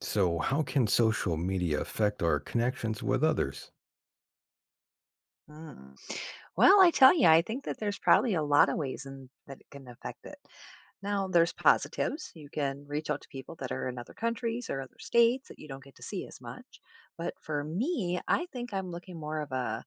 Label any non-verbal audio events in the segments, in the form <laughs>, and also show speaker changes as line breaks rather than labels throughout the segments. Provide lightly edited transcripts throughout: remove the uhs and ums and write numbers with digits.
So, how can social media affect our connections with others?
Mm. Well, I tell you, I think that there's probably a lot of ways in, that it can affect it. Now, there's positives. You can reach out to people that are in other countries or other states that you don't get to see as much. But for me, I think I'm looking more of a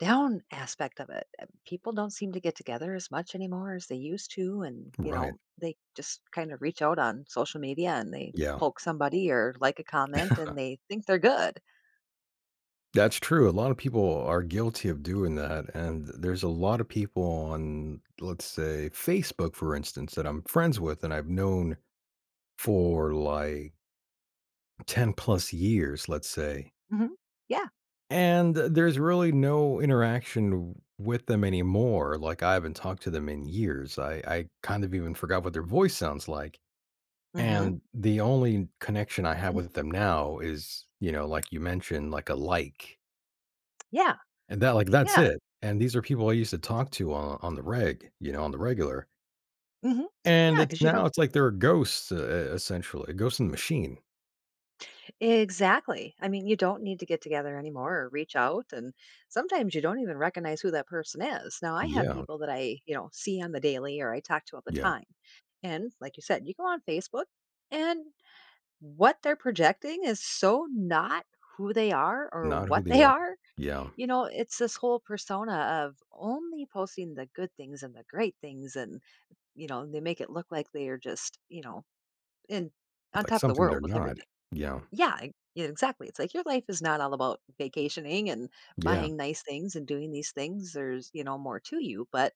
down aspect of it. People don't seem to get together as much anymore as they used to. And, you
Right.
know, they just kind of reach out on social media and they
Yeah.
poke somebody or like a comment
uh,
and they think they're good.
That's true. A lot of people are guilty of doing that. And there's a lot of people on, let's say, Facebook, for instance, that I'm friends with and I've known for like 10 plus years, let's say.
Hmm. Yeah.
And there's really no interaction with them anymore. Like I haven't talked to them in years. I kind of even forgot what their voice sounds like.
Hmm.
And the only connection I have with
<clears throat>
them now is, you know, like you mentioned, like a like,
Yeah.
and that like, that's
Yeah.
it. And these are people I used to talk to on the reg, you know, on the regular.
Mhm.
And it's
because you
now
don't
it's like they're ghosts, e essentially, a ghost in the machine.
Exactly. I mean, you don't need to get together anymore or reach out, and sometimes you don't even recognize who that person is. Now, I have
Yeah,
people that I, you know, see on the daily or I talk to all the
yeah,
time. And like you said, you go on Facebook and what they're projecting is so not who they are or
not who
what
they
they
are.
are.
Yeah,
You know, it's this whole persona of only posting the good things and the great things and, you know, they make it look like they are just, you know, in on
like
top of the
something
world
they're
with
not.
everything.
Yeah,
Yeah, e yeah, exactly. It's like your life is not all about vacationing and
yeah,
buying nice things and doing these things. There's, you know, more to you, but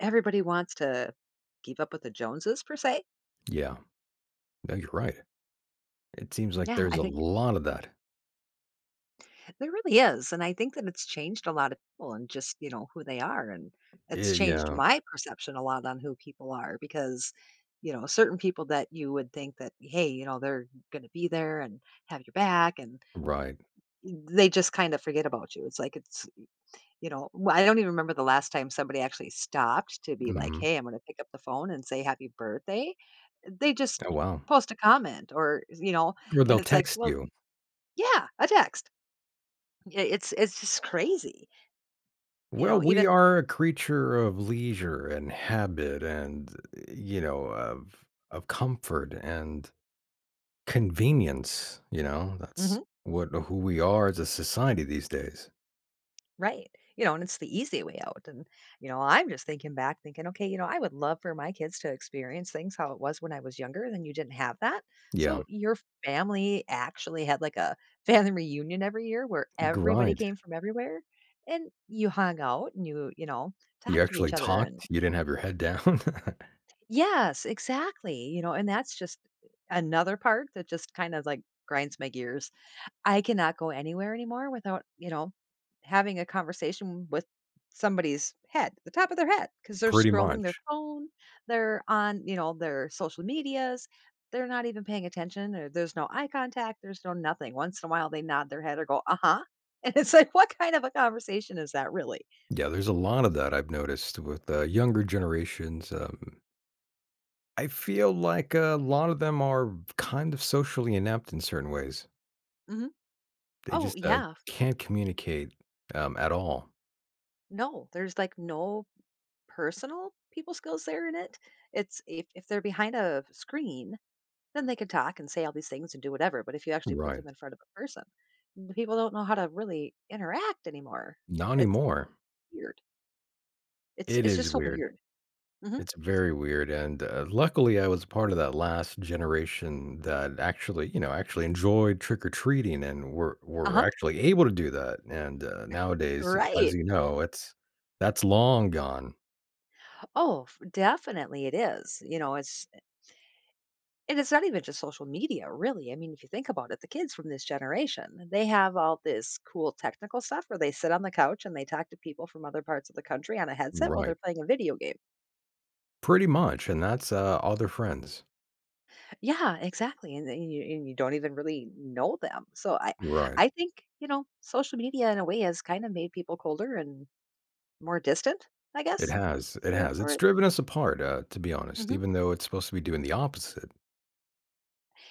everybody wants to keep up with the Joneses per se.
yeah. No, you're right. It seems like
Yeah, I
there's a
think
lot of that.
there really is, and I think that it's changed a lot of people and just, you know, who they are, and it's changed
Yeah,
my perception a lot on who people are because, you know, certain people that you would think that, hey, you know, they're gonna be there and have your back and
right.
they just kind of forget about you. It's like it's You know, well, I don't even remember the last time somebody actually stopped to be like,
Mhm.
"Hey, I'm gonna pick up the phone and say happy birthday." They just
Oh, wow.
post a comment or, you know,
Or
and
they'll
it's like,
text
"Well,
you.
yeah, a text." I It's just crazy, you
Well,
know,
we
even.
are a creature of leisure and habit and, you know, of comfort and convenience, you know? That's
Mhm.
what who we are as a society these days.
Right. You know, and it's the easy way out. And, you know, I'm just thinking back, thinking, okay, you know, I would love for my kids to experience things how it was when I was younger, then you didn't have that.
Yeah,
So your family actually had like a family reunion every year where everybody
grind.
came from everywhere and you hung out and you know,
You
talked to each
actually
other. And
talked, you didn't have your head down.
yes, exactly. You know, and that's just another part that just kind of like grinds my gears. I cannot go anywhere anymore without, you know, having a conversation with somebody's head, the top of their head, because
<laughs>
they're
Pretty
scrolling their
much.
phone, they're on, you know, their social medias, they're not even paying attention, or there's no eye contact, there's no nothing. Once in a while, they nod their head or go, uh huh. <laughs> And it's like, what kind of a conversation is that really?
Yeah, there's a lot of that I've noticed with, younger generations, I feel like a lot of them are kind of socially inept in certain ways.
Hmm.
They
Oh,
just,
yeah.
can't communicate, at all.
No, there's like no personal people skills there in it. It's if they're behind a screen, then they can talk and say all these things and do whatever. But if you actually put
Right.
them in front of a person, the people don't know how to really interact anymore.
Not
It's
anymore.
weird. It's
It
it's
is
just so
weird.
weird. Hmm.
It's very weird, and, luckily, I was part of that last generation that actually, you know, actually enjoyed trick-or-treating and were
Uh
were
huh.
actually able to do that, and, nowadays, as
Right.
you know, it's that's long gone.
Oh, definitely it is. You know, it's and it's not even just social media, really. I mean, if you think about it, the kids from this generation, they have all this cool technical stuff where they sit on the couch and they talk to people from other parts of the country on a headset while they're
Right.
playing a video game.
Pretty much, and that's, all their friends.
Yeah, exactly, and you don't even really know them, so I
Right.
I think, you know, social media in a way has kinda made people colder and more distant, I
It
guess?
has,
That's the
it
word
has.
for
It's
it?
driven us apart, to be honest,
Mhm.
even though it's supposed to be doing the opposite.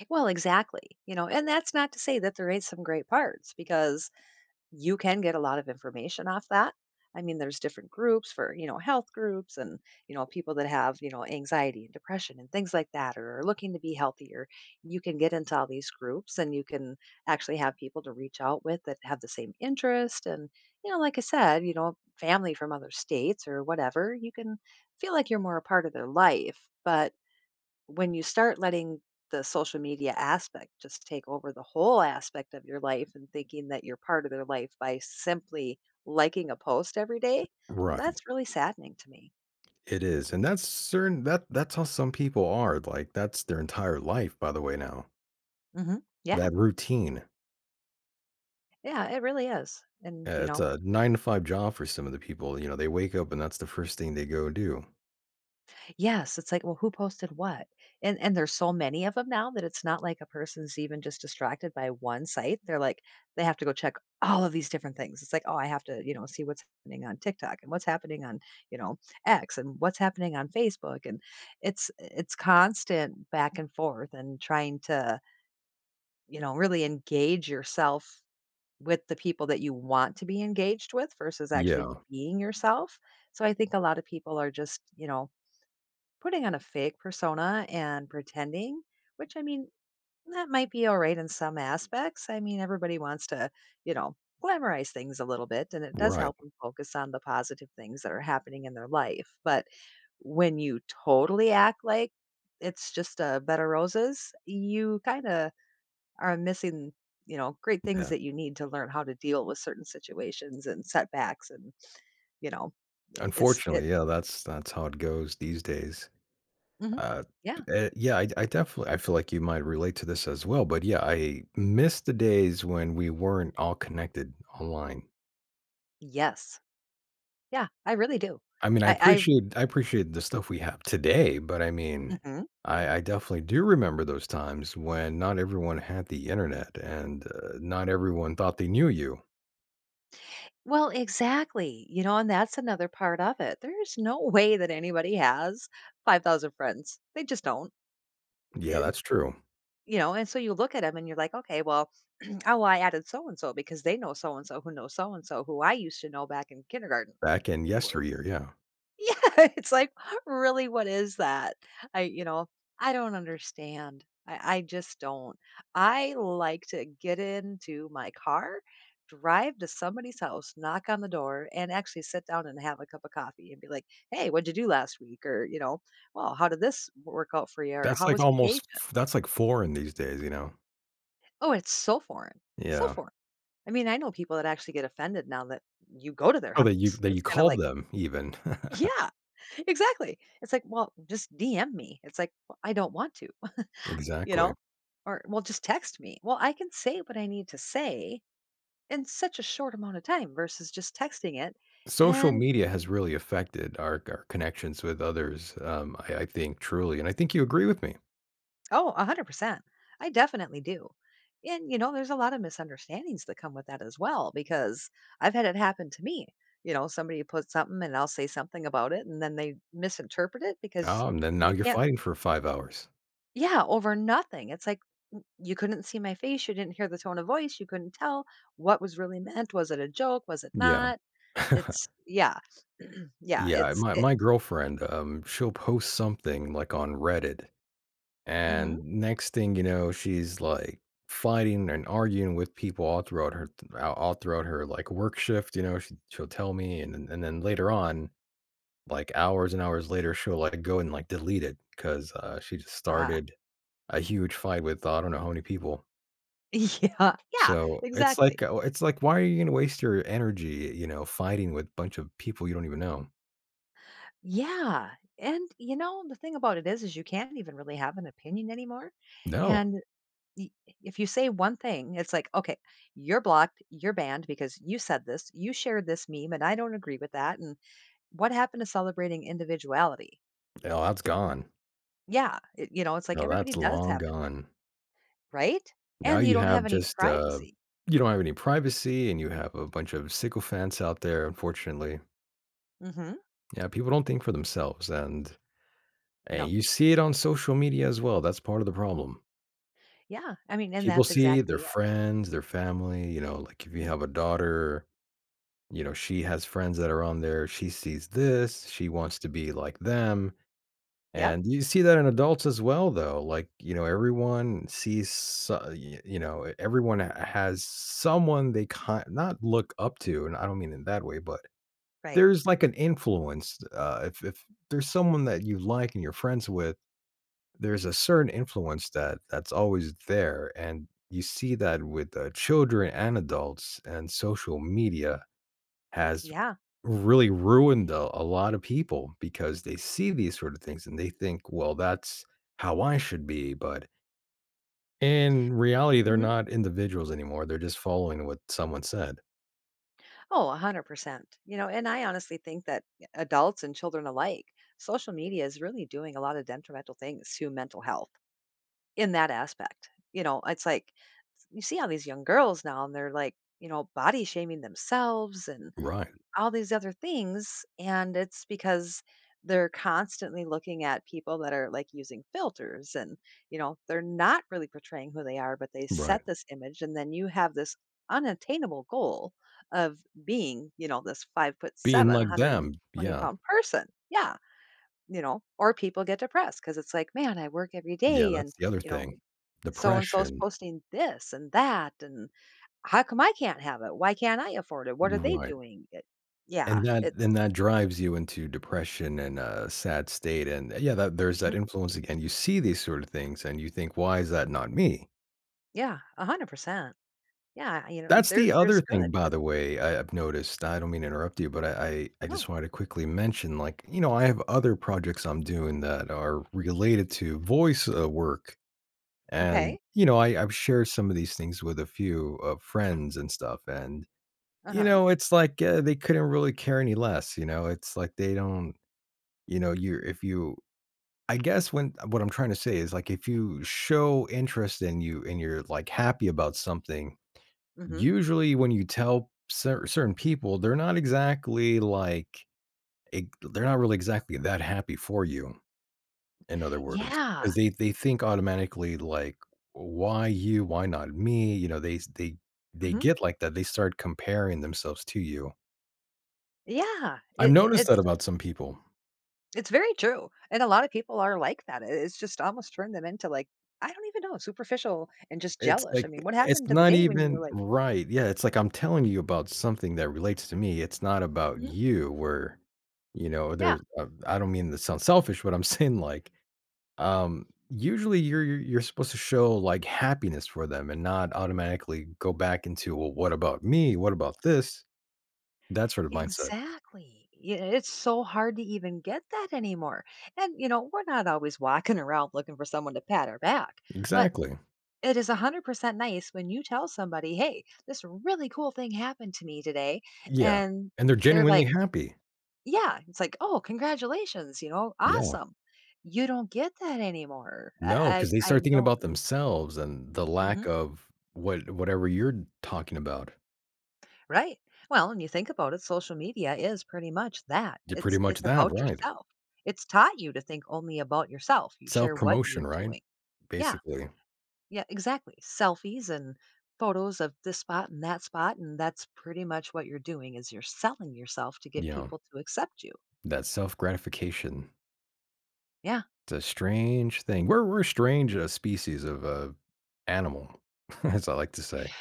Well, exactly, you know, and that's not to say that there ain't some great parts because you can get a lot of information off that. I mean, there's different groups for, you know, health groups and, you know, people that have, you know, anxiety and depression and things like that or are looking to be healthier. You can get into all these groups and you can actually have people to reach out with that have the same interest. And, you know, like I said, you know, family from other states or whatever, you can feel like you're more a part of their life. But when you start letting the social media aspect just take over the whole aspect of your life and thinking that you're part of their life by simply liking a post every day,
Right.
that's really saddening to me.
It is, and that's certain that that's how some people are, like, that's their entire life, by the way, now.
Hmm. Yeah,
That routine.
yeah, it really is. And, you
It's
know,
a 9 to 5 job for some of the people, you know, they wake up and that's the first thing they go do.
yes, it's like, well, who posted what? And there's so many of them now that it's not like a person's even just distracted by one site. They're like they have to go check all of these different things. It's like, "Oh, I have to, you know, see what's happening on TikTok and what's happening on, you know, X and what's happening on Facebook." And it's constant back and forth and trying to, you know, really engage yourself with the people that you want to be engaged with versus actually
Yeah,
being yourself. So I think a lot of people are just, you know, putting on a fake persona and pretending, which I mean, that might be all right in some aspects. I mean, everybody wants to, you know, glamorize things a little bit, and it does
right,
help them focus on the positive things that are happening in their life. But when you totally act like it's just a bed of roses, you kind of are missing. You know, great things
yeah.
that you need to learn how to deal with certain situations and setbacks, and you know, it's it.
Unfortunately, yeah, that's how it goes these days.
Mhm.
Uh,
Yeah.
yeah, I definitely I feel like you might relate to this as well, but yeah, I miss the days when we weren't all connected online.
Yes. Yeah, I really do.
I mean,
I
I appreciate the stuff we have today, but I mean,
Mhm.
I definitely do remember those times when not everyone had the internet and not everyone thought they knew you.
Well, exactly, you know, and that's another part of it. There's no <laughs> way that anybody has 5,000 friends. They just don't,
Yeah,
and,
that's true.
you know, and so you look at them, and you're like, "Okay, well, <clears throat> oh, I added so and so because they know so and so who knows so and so who I used to know back in kindergarten."
Back in yesteryear, yeah,
Yeah, <laughs> it's like, really, what is that? I, you know, I don't understand. I just don't. I like to get into my car, drive to somebody's house, knock on the door, and actually sit down and have a cup of coffee and be like, hey, what'd you do last week? Or, you know, well, how did this work out for you? Or
that's
how
like
was vacation?
that's like foreign these days, you know.
Oh, it's so foreign. So
Yeah.
foreign. I mean, I know people that actually get offended now that you go to their
Oh, that you
house. It's kind of
called
like,
them even. <laughs>
yeah, exactly. It's like, well, just DM me. It's like, well, I don't want to, <laughs> you
Exactly.
know, or well, just text me. Well, I can say what I need to say in such a short amount of time versus just texting it.
Social
And
media has really affected our connections with others. I think truly, and I think you agree with me.
oh, 100%. I definitely do. And, you know, there's a lot of misunderstandings that come with that as well, because I've had it happen to me. You know, somebody puts something and I'll say something about it and then they misinterpret it because
Oh, and then now
you
you're
can't
fighting for 5 hours.
yeah, over nothing. It's like "N- you couldn't see my face, you didn't hear the tone of voice, you couldn't tell what was really meant. Was it a joke? Was it
Yeah.
not?
<laughs>
It's yeah, <clears throat> yeah.
Yeah,
It's
my
it,
my girlfriend, she'll post something, like, on Reddit,
hmm,
and next thing you know, she's, like, fighting and arguing with people all throughout her, like, work shift, you know, she'll tell me, and then later on, like, hours and hours later, she'll, like, go and, like, delete it 'cause, she just
ah,
started a huge fight with I don't know how many people.
<laughs> yeah, yeah,
So,
exactly.
it's like, why are you gonna waste your energy, you know, fighting with a bunch of people you don't even know?
Yeah, and you know the thing about it is you can't even really have an opinion anymore.
No.
And y- if you say one thing, it's like okay, you're blocked, you're banned because you said this, you shared this meme, and I don't agree with that. And what happened to celebrating individuality?
Oh, that's gone.
Yeah, it you know, it's like
No,
everybody
that's
does
long
have it,
gone.
right?
Now
And you
you
don't
have
have any
just,
privacy.
you don't have any privacy, and you have a bunch of sycophants out there, unfortunately.
Mhm.
Yeah, people don't think for themselves, and
No.
you see it on social media as well, that's part of the problem.
Yeah, I mean, and
People
that's
see their
exactly it.
friends, their family, you know, like, if you have a daughter, you know, she has friends that are on there, she sees this, she wants to be like them.
Yep,
And you see that in adults as well, though. Like, you know, everyone sees, so- y- you know, everyone has someone they kind not look up to, and I don't mean in that way, but
right.
there's like an influence. If if there's someone that you like and you're friends with, there's a certain influence that that's always there, and you see that with children and adults, and social media has
Yeah.
really ruined a lot of people because they see these sort of things and they think, well, that's how I should be. But in reality, they're
Mhm.
not individuals anymore. They're just following what someone said.
Oh, 100%. You know, and I honestly think that adults and children alike, social media is really doing a lot of detrimental things to mental health in that aspect. You know, it's like you see all these young girls now and they're like, you know, body shaming themselves and
Right.
all these other things, and it's because they're constantly looking at people that are like using filters and you know they're not really portraying who they are but they
Right.
set this image and then you have this unattainable goal of being you know this 5 foot
Being
seven
like
120
them. Yeah.
pound person yeah you know or people get depressed because it's like man I work every
Yeah.
day and
That's the other
you know
thing.
so and so's
Depression.
posting this and that and how come I can't have it why can't I afford it what are they
Right.
doing it yeah
And
it's.
that drives you into depression and a sad state. And yeah, that there's that
Hmm.
influence again. You see these sort of things and you think, why is that not me?
Yeah, 100%. Yeah, you know,
That's
there
the
there's
other thing,
good,
by
but
the way, I've noticed. I don't mean to interrupt you, but I
no.
just wanted to quickly mention, like, you know, I have other projects I'm doing that are related to voice, work, and,
Okay.
you know, I I've shared some of these things with a few, friends and stuff, and, you
Uh-huh.
know, it's like, they couldn't really care any less, you know? It's like they don't you know, you if you I guess when what I'm trying to say is, like, if you show interest and you're, like, happy about something.
Hmm.
Usually when you tell certain people, they're not exactly like e they're not really exactly that happy for you, in other words,
Yeah.
because they think automatically like, "Why you? Why not me?" You know, they
Hmm.
get like that, they start comparing themselves to you.
Yeah.
I've
It, it-
noticed
it's
that about some people.
it's very true. And a lot of people are like that. It's just almost turned them into like, I don't even know, superficial and just
It's
jealous. I
like
mean, what
it's
happened to the
not
day when you were
even
like,
right, yeah, it's like I'm telling you about something that relates to me, it's not about
"Mhm,
you, where, you know,
yeah,
there's, I don't mean to sound selfish, but I'm <laughs> saying like, um, usually you're you're supposed to show, like, happiness for them and not automatically go back into, "Well, what about me? What about this?" That sort of mindset.
exactly. Yeah, it's so hard to even get that anymore. And, you know, we're not always walking <laughs> around looking for someone to pat our back, but
Exactly.
it is 100% nice when you tell somebody, "Hey, this really cool thing happened to me today."
Yeah,
And
and they're
they're
genuinely
like,
happy.
"Yeah." It's like, "Oh, congratulations, you know,
Yeah.
awesome." You don't get that anymore.
No,
I
because they
I, I
start thinking
don't.
about themselves and the lack
Mhm.
of whatever you're talking about.
Right. Well, and you think about it, social media is pretty much that.
Yeah, pretty
It's
much
it's
that,
about
right.
yourself. It's taught you to think only about yourself. You share what you're
Self-promotion, right?
doing. Yeah.
Basically,
Yeah, exactly. Selfies and photos of this spot and that spot, and that's pretty much what you're doing is you're selling yourself to get
you know,
people to accept you.
that self-gratification.
Yeah.
It's a strange thing. We're a strange a species of animal, <laughs> as I like to say,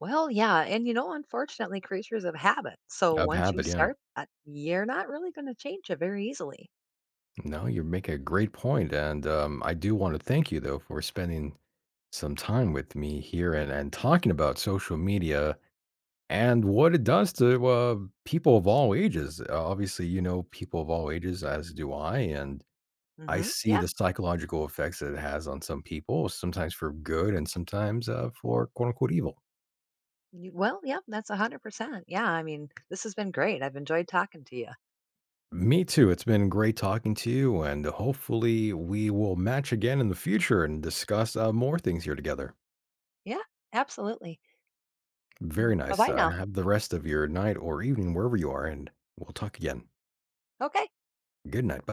Well, yeah, and you know, unfortunately, creatures of habit. So
of
once you
habit. Yeah.
start that, you're not really going to change it very easily.
No, you make a great point, and I do want to thank you though for spending some time with me here and talking about social media and what it does to people of all ages. Obviously, you know people of all ages, as do I, and I
Hmm.
see
Yeah.
the psychological effects that it has on some people, sometimes for good and sometimes for quote unquote evil.
You, well, yeah, that's 100%. Yeah, I mean, this has been great. I've enjoyed talking to you.
Me too. It's been great talking to you, and hopefully, we will match again in the future and discuss more things here together.
Yeah, absolutely.
Very
Bye
nice.
bye now.
Have the rest of your night or evening wherever you are, and we'll talk again.
Okay.
Good night. Bye.